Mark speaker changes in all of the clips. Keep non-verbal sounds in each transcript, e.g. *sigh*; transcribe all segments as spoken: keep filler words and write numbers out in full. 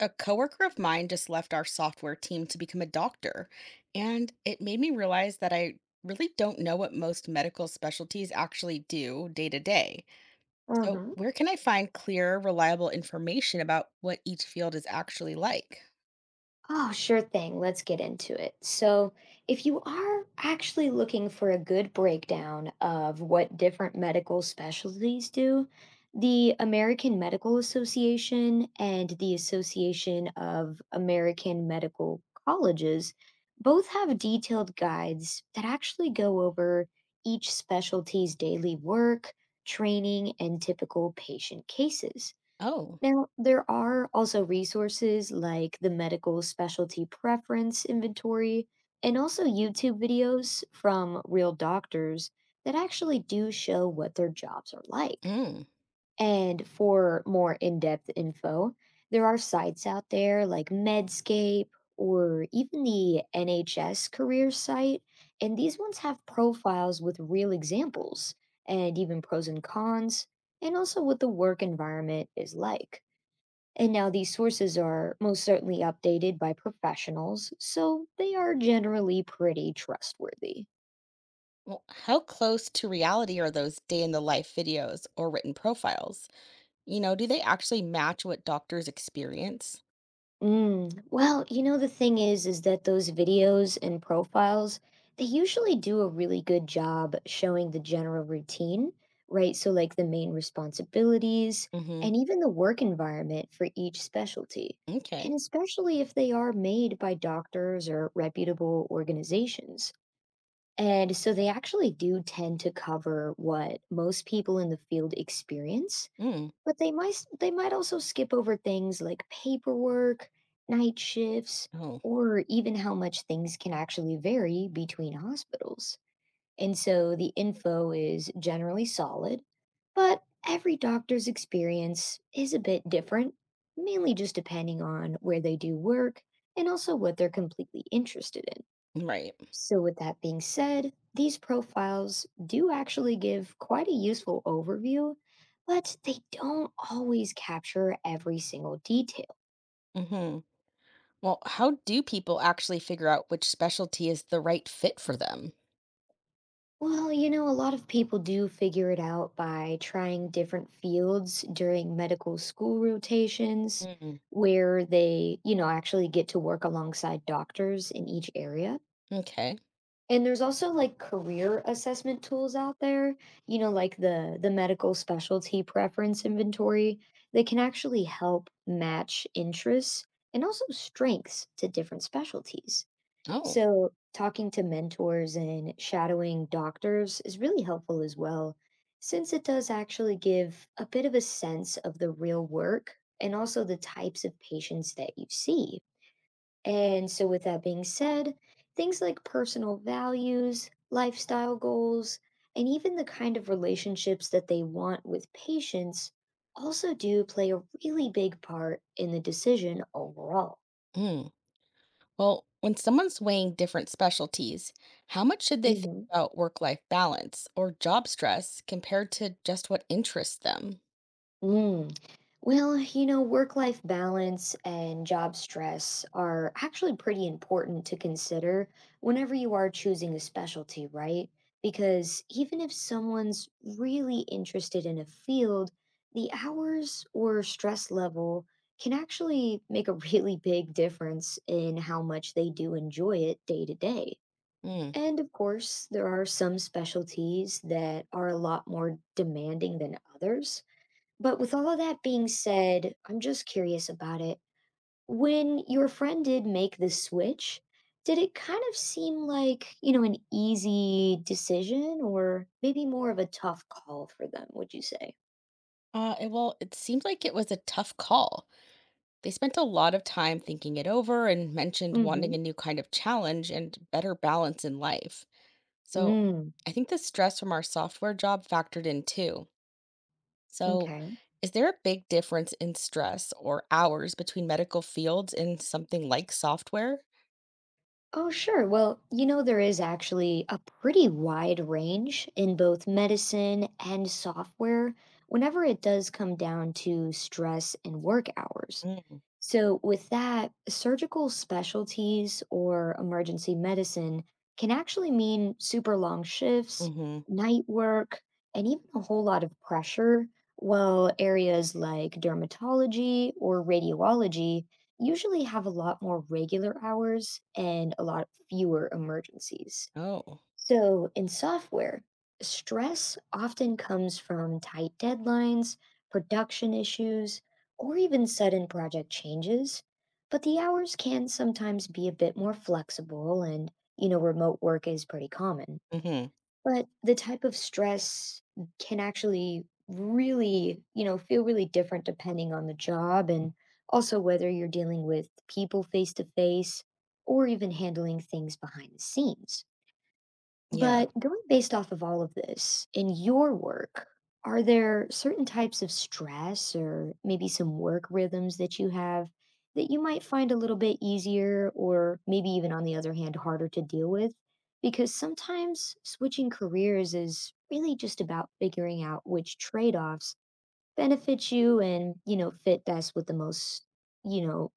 Speaker 1: A coworker of mine just left our software team to become a doctor, and it made me realize that I really don't know what most medical specialties actually do day to day. So,
Speaker 2: Mm-hmm.
Speaker 1: where can I find clear, reliable information about what each field is actually like?
Speaker 2: Oh, sure thing. Let's get into it. So, if you are actually looking for a good breakdown of what different medical specialties do, the American Medical Association and the Association of American Medical Colleges both have detailed guides that actually go over each specialty's daily work, training, and typical patient cases.
Speaker 1: Oh,
Speaker 2: Now, there are also resources like the Medical Specialty Preference Inventory and also YouTube videos from real doctors that actually do show what their jobs are like.
Speaker 1: mm.
Speaker 2: And for more in depth info, there are sites out there like Medscape or even the N H S career site. And these ones have profiles with real examples and even pros and cons, and also what the work environment is like. And now these sources are most certainly updated by professionals, so they are generally pretty trustworthy.
Speaker 1: Well, how close to reality are those day in the life videos or written profiles? You know, do they actually match what doctors experience?
Speaker 2: Mm. Well, you know, the thing is, is that those videos and profiles, they usually do a really good job showing the general routine, right? So, like the main responsibilities
Speaker 1: Mm-hmm.
Speaker 2: and even the work environment for each specialty. And
Speaker 1: Okay.
Speaker 2: especially if they are made by doctors or reputable organizations. And so they actually do tend to cover what most people in the field experience,
Speaker 1: Mm.
Speaker 2: but they might they might also skip over things like paperwork, night shifts,
Speaker 1: Oh,
Speaker 2: or even how much things can actually vary between hospitals. And so the info is generally solid, but every doctor's experience is a bit different, mainly just depending on where they do work and also what they're completely interested in.
Speaker 1: right.
Speaker 2: So, with that being said, these profiles do actually give quite a useful overview, but they don't always capture every single detail.
Speaker 1: Mm-hmm. Well, how do people actually figure out which specialty is the right fit for them?
Speaker 2: Well, you know, a lot of people do figure it out by trying different fields during medical school rotations,
Speaker 1: Mm,
Speaker 2: where they, you know, actually get to work alongside doctors in each area.
Speaker 1: okay.
Speaker 2: And there's also like career assessment tools out there, you know, like the the medical specialty preference inventory. They can actually help match interests and also strengths to different specialties.
Speaker 1: Oh.
Speaker 2: So, talking to mentors and shadowing doctors is really helpful as well, since it does actually give a bit of a sense of the real work and also the types of patients that you see. And so, with that being said, things like personal values, lifestyle goals, and even the kind of relationships that they want with patients also do play a really big part in the decision overall.
Speaker 1: Mm. Well, when someone's weighing different specialties, how much should they think about work life balance or job stress compared to just what interests them?
Speaker 2: Mm. Well, you know, work life balance and job stress are actually pretty important to consider whenever you are choosing a specialty, right? Because even if someone's really interested in a field, the hours or stress level can actually make a *laughs* really big difference in how much they do enjoy it day to day.
Speaker 1: Mm.
Speaker 2: And of course, there are some specialties that are a lot more demanding than others. But with all of that being said, I'm just curious about it. When your friend did make the switch, did it kind of seem like, you know, an easy decision or maybe more of a tough call for them, would you say?
Speaker 1: Uh, it- well, it seemed like it was a tough call. They spent a lot of time thinking it over and mentioned wanting
Speaker 2: Mm-hmm.
Speaker 1: a new kind of challenge and better balance in life. So
Speaker 2: Mm,
Speaker 1: I think the stress from our software job factored in too. So,
Speaker 2: okay.
Speaker 1: is there a big difference in stress or hours between medical fields and something like software?
Speaker 2: Oh, sure. Well, you know, there is actually a pretty wide range in both medicine and software whenever it does come down to stress and work hours.
Speaker 1: Mm,
Speaker 2: So, with that, surgical specialties or emergency medicine can actually mean super long shifts,
Speaker 1: mhm.
Speaker 2: night work, and even a whole lot of pressure, while areas like dermatology or radiology usually have a lot more regular hours and a lot fewer emergencies.
Speaker 1: Oh.
Speaker 2: So, in software, stress often comes from tight deadlines, production issues, or even sudden project changes, but the hours can sometimes be a bit more flexible and, you know, remote work is pretty common.
Speaker 1: Mhm.
Speaker 2: But the type of stress can actually really, you know, feel really different depending on the job and also whether you're dealing with people face to face or even handling things behind the scenes.
Speaker 1: Yeah.
Speaker 2: But going based off of all of this, in your work, are there certain types of stress or maybe some work rhythms that you have that you might find a little bit easier or maybe even on the other hand harder to deal with? Because sometimes switching careers is really just about figuring out which trade-offs benefit you and, you know, fit best with the most, you know,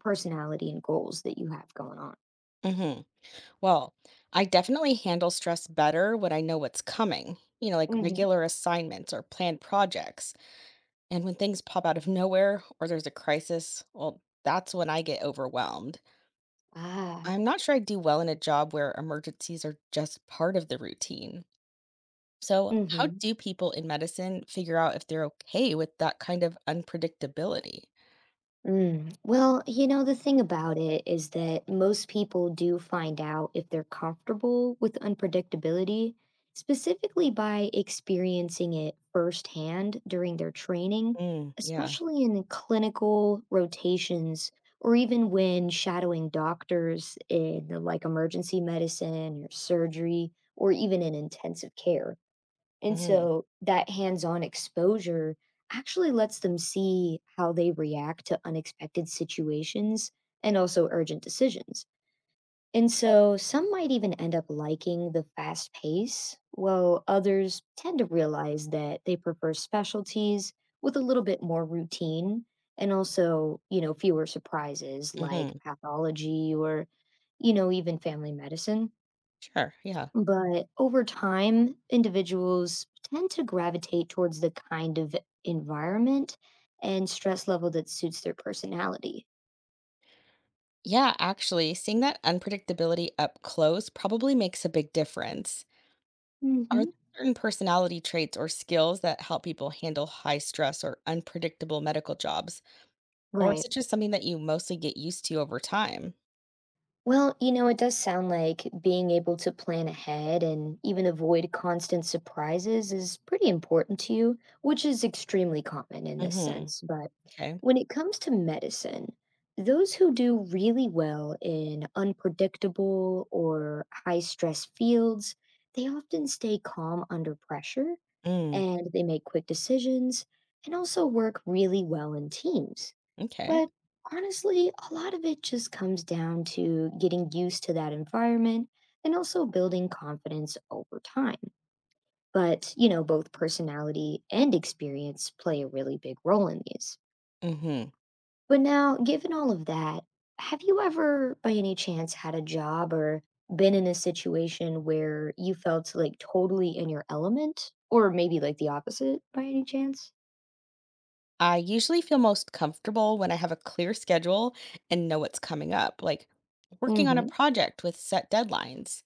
Speaker 2: personality and goals that you have going on.
Speaker 1: Mhm. Well, I definitely handle stress better when I know what's coming. You know, like
Speaker 2: Hmm.
Speaker 1: regular assignments or planned projects. And when things pop out of nowhere or there's a crisis, well, that's when I get overwhelmed.
Speaker 2: Ah.
Speaker 1: I'm not sure I do well in a job where emergencies are just part of the routine. So, how
Speaker 2: Mhm.
Speaker 1: do people in medicine figure out if they're okay with that kind of unpredictability?
Speaker 2: Mm. Well, you know, the thing about it is that most people do find out if they're comfortable with unpredictability, specifically by experiencing it firsthand during their training,
Speaker 1: Mm, yeah.
Speaker 2: especially in clinical rotations or even when shadowing doctors in like emergency medicine or surgery or even in intensive care. And
Speaker 1: Hmm.
Speaker 2: so that hands-on exposure actually lets them see how they react to unexpected situations and also urgent decisions. And so some might even end up liking the fast pace, while others tend to realize that they prefer specialties with a little bit more routine and also, you know, fewer surprises like
Speaker 1: Hmm.
Speaker 2: pathology or, you know, even family medicine.
Speaker 1: Sure. Yeah.
Speaker 2: But over time, individuals tend to gravitate towards the kind of environment and stress level that suits their personality.
Speaker 1: Yeah, actually, seeing that unpredictability up close probably makes a big difference. Are there
Speaker 2: Hmm.
Speaker 1: certain personality traits or skills that help people handle high stress or unpredictable medical jobs? Or is
Speaker 2: Right.
Speaker 1: it just something that you mostly get used to over time?
Speaker 2: Well, you know, it does sound like being able to plan ahead and even avoid constant surprises is pretty important to you, which is extremely common in this
Speaker 1: Mm-hmm.
Speaker 2: sense. But
Speaker 1: Okay.
Speaker 2: when it comes to medicine, those who do really well in unpredictable or high stress fields, they often stay calm under pressure
Speaker 1: Mm,
Speaker 2: and they make quick decisions and also work really well in teams.
Speaker 1: okay.
Speaker 2: But honestly, a lot of it just comes down to getting used to that environment and also building confidence over time. But, you know, both personality and experience play a really big role in these.
Speaker 1: Mm-hmm.
Speaker 2: But now, given all of that, have you ever, by any chance, had a job or been in a situation where you felt like totally in your element? Or maybe like the opposite by any chance?
Speaker 1: I usually feel most comfortable when I have a clear schedule and know what's coming up, like
Speaker 2: Mm
Speaker 1: working on a
Speaker 2: hmm.
Speaker 1: project with set deadlines.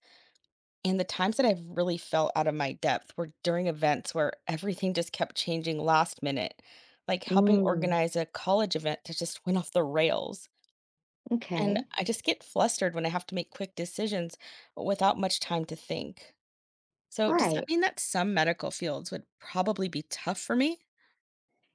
Speaker 1: And the times that I've really felt out of my depth were during events where everything just kept changing last minute, like helping
Speaker 2: Mm,
Speaker 1: organize a college event that just went off the rails. And
Speaker 2: okay.
Speaker 1: I just get flustered when I have to make quick decisions without much time to think. So, does that
Speaker 2: Right.
Speaker 1: mean that some medical fields would probably be tough for me?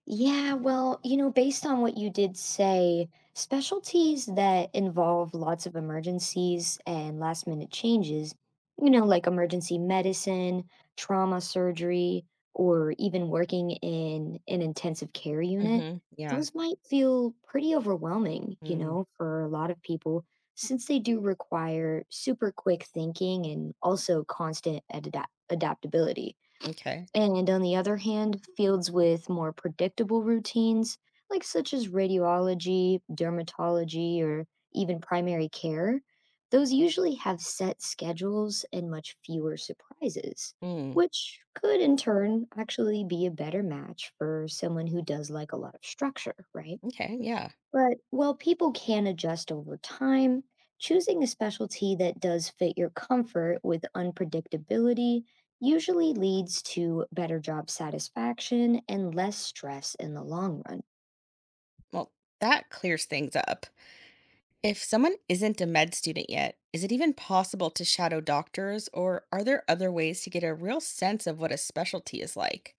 Speaker 2: Yeah, well, you know, based on what you did say, specialties that involve lots of emergencies and last minute changes, you know, like emergency medicine, trauma surgery, or even working in an intensive care unit,
Speaker 1: Mm-hmm. Yeah.
Speaker 2: those might feel pretty overwhelming, you
Speaker 1: Mm,
Speaker 2: know, for a lot of people, since they do require super quick thinking and also constant adap adaptability.
Speaker 1: okay.
Speaker 2: And on the other hand, fields with more predictable routines, like such as radiology, dermatology, or even primary care, those usually have set schedules and much fewer surprises,
Speaker 1: Mm,
Speaker 2: which could in turn actually be a better match for someone who does like a lot of structure, right?
Speaker 1: okay. Yeah.
Speaker 2: But while people can adjust over time, choosing a specialty that does fit your comfort with unpredictability usually leads to better job satisfaction and less stress in the long run.
Speaker 1: Well, that clears things up. If someone isn't a med student yet, is it even possible to shadow doctors, or are there other ways to get a real sense of what a specialty is like?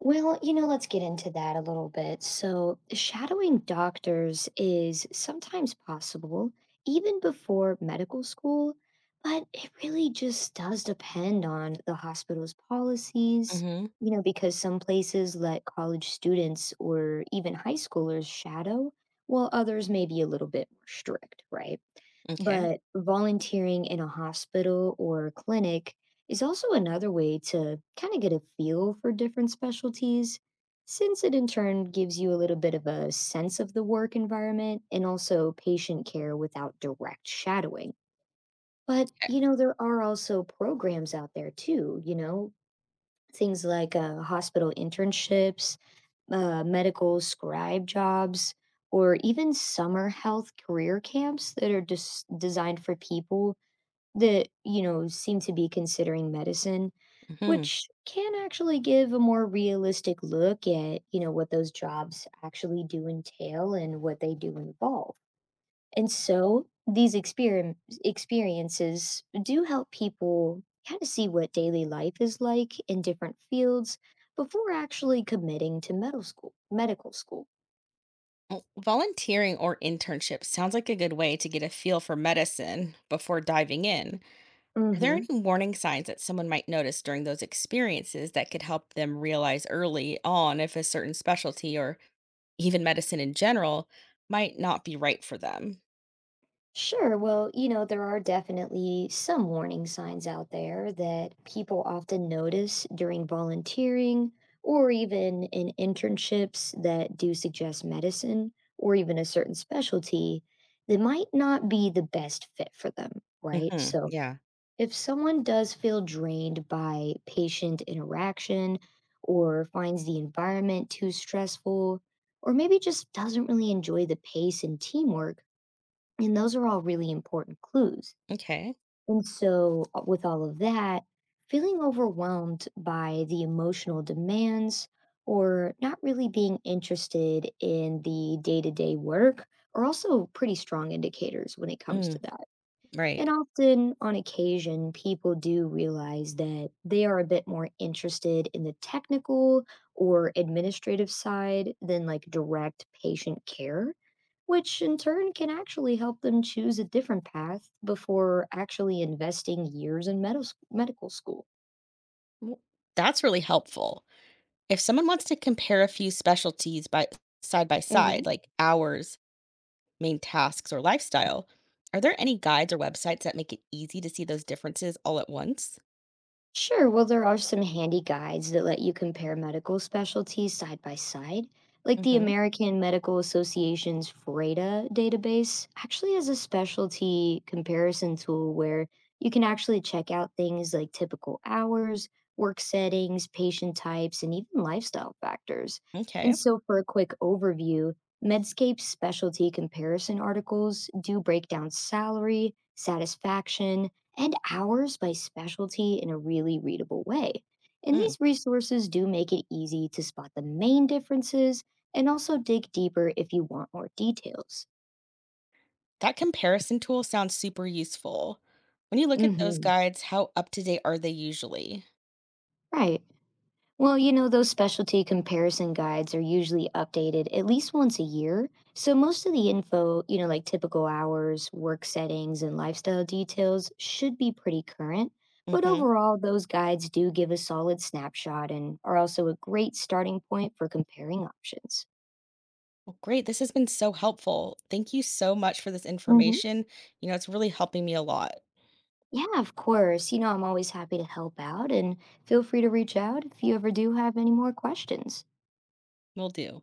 Speaker 2: Well, you know, let's get into that a little bit. So, shadowing doctors is sometimes possible, even before medical school, but it really just does depend on the hospital's policies,
Speaker 1: Hmm.
Speaker 2: you know, because some places let college students or even high schoolers shadow, while others may be a little bit more strict, right?
Speaker 1: Okay.
Speaker 2: But volunteering in a hospital or clinic is also another way to kind of get a feel for different specialties, since it in turn gives you a little bit of a sense of the work environment and also patient care without direct shadowing. But, you
Speaker 1: Okay.
Speaker 2: know, there are also programs out there too, you know, things like uh, hospital internships, uh, medical scribe jobs, or even summer health career camps that are just designed for people that, you know, seem to be considering medicine,
Speaker 1: Hmm.
Speaker 2: which can actually give a more realistic look at, you know, what those jobs actually do entail and what they do involve. And so these experim experiences do help people kind of see what daily life is like in different fields before actually committing to medical school, medical school.
Speaker 1: Volunteering or internship sounds like a good way to get a feel for medicine before diving in. Are there
Speaker 2: Mhm.
Speaker 1: any warning signs that someone might notice during those experiences that could help them realize early on if a certain specialty or even medicine in general might not be right for them?
Speaker 2: Sure. Well, you know, there are definitely some warning signs out there that people often notice during volunteering or even in internships that do suggest medicine or even a certain specialty that might not be the best fit for them, right?
Speaker 1: Mhm,
Speaker 2: So
Speaker 1: yeah,
Speaker 2: if someone does feel drained by patient interaction or finds the environment too stressful, or maybe just doesn't really enjoy the pace and teamwork, and those are all really important clues.
Speaker 1: okay.
Speaker 2: And so, uh, with all of that, feeling overwhelmed by the emotional demands or not really being interested in the day to day work are also pretty strong indicators when it comes to
Speaker 1: Mm,
Speaker 2: that. And
Speaker 1: right.
Speaker 2: often, on occasion, people do realize that they are a bit more interested in the technical or administrative side than like direct patient care, which in turn can actually help them choose a different path before actually investing years in medis medical school.
Speaker 1: W That's really helpful. If someone wants to compare a few specialties by side by side, like hours, main tasks, or lifestyle, are there any guides or websites that make it easy to see those differences all at once?
Speaker 2: Sure. Well, there are some handy guides that let you compare medical specialties side by side. Like the
Speaker 1: Mhm.
Speaker 2: American Medical Association's FREDA database actually has a specialty comparison tool where you can actually check out things like typical hours, work settings, patient types, and even lifestyle factors. And
Speaker 1: Okay.
Speaker 2: so, for a quick overview, Medscape's specialty comparison articles do break down salary, satisfaction, and hours by specialty in a really readable way. And
Speaker 1: Mm.
Speaker 2: these resources do make it easy to spot the main differences and also dig deeper if you want more details.
Speaker 1: That comparison tool sounds super useful. When you look at those
Speaker 2: Hmm.
Speaker 1: guides, how up to date are they usually?
Speaker 2: Right. Well, you know, those specialty comparison guides are usually updated at least once a year. So most of the info, you know, like typical hours, work settings, and lifestyle details should be pretty current. But
Speaker 1: Mhm.
Speaker 2: overall, those guides do give a solid snapshot and are also a great starting point for comparing options.
Speaker 1: Great. This has been so helpful. Thank you so much for this
Speaker 2: Hmm.
Speaker 1: information. You know, it's really helping me a lot.
Speaker 2: Yeah, of course. You know, I'm always happy to help out and feel free to reach out if you ever do have any more questions.
Speaker 1: Will do.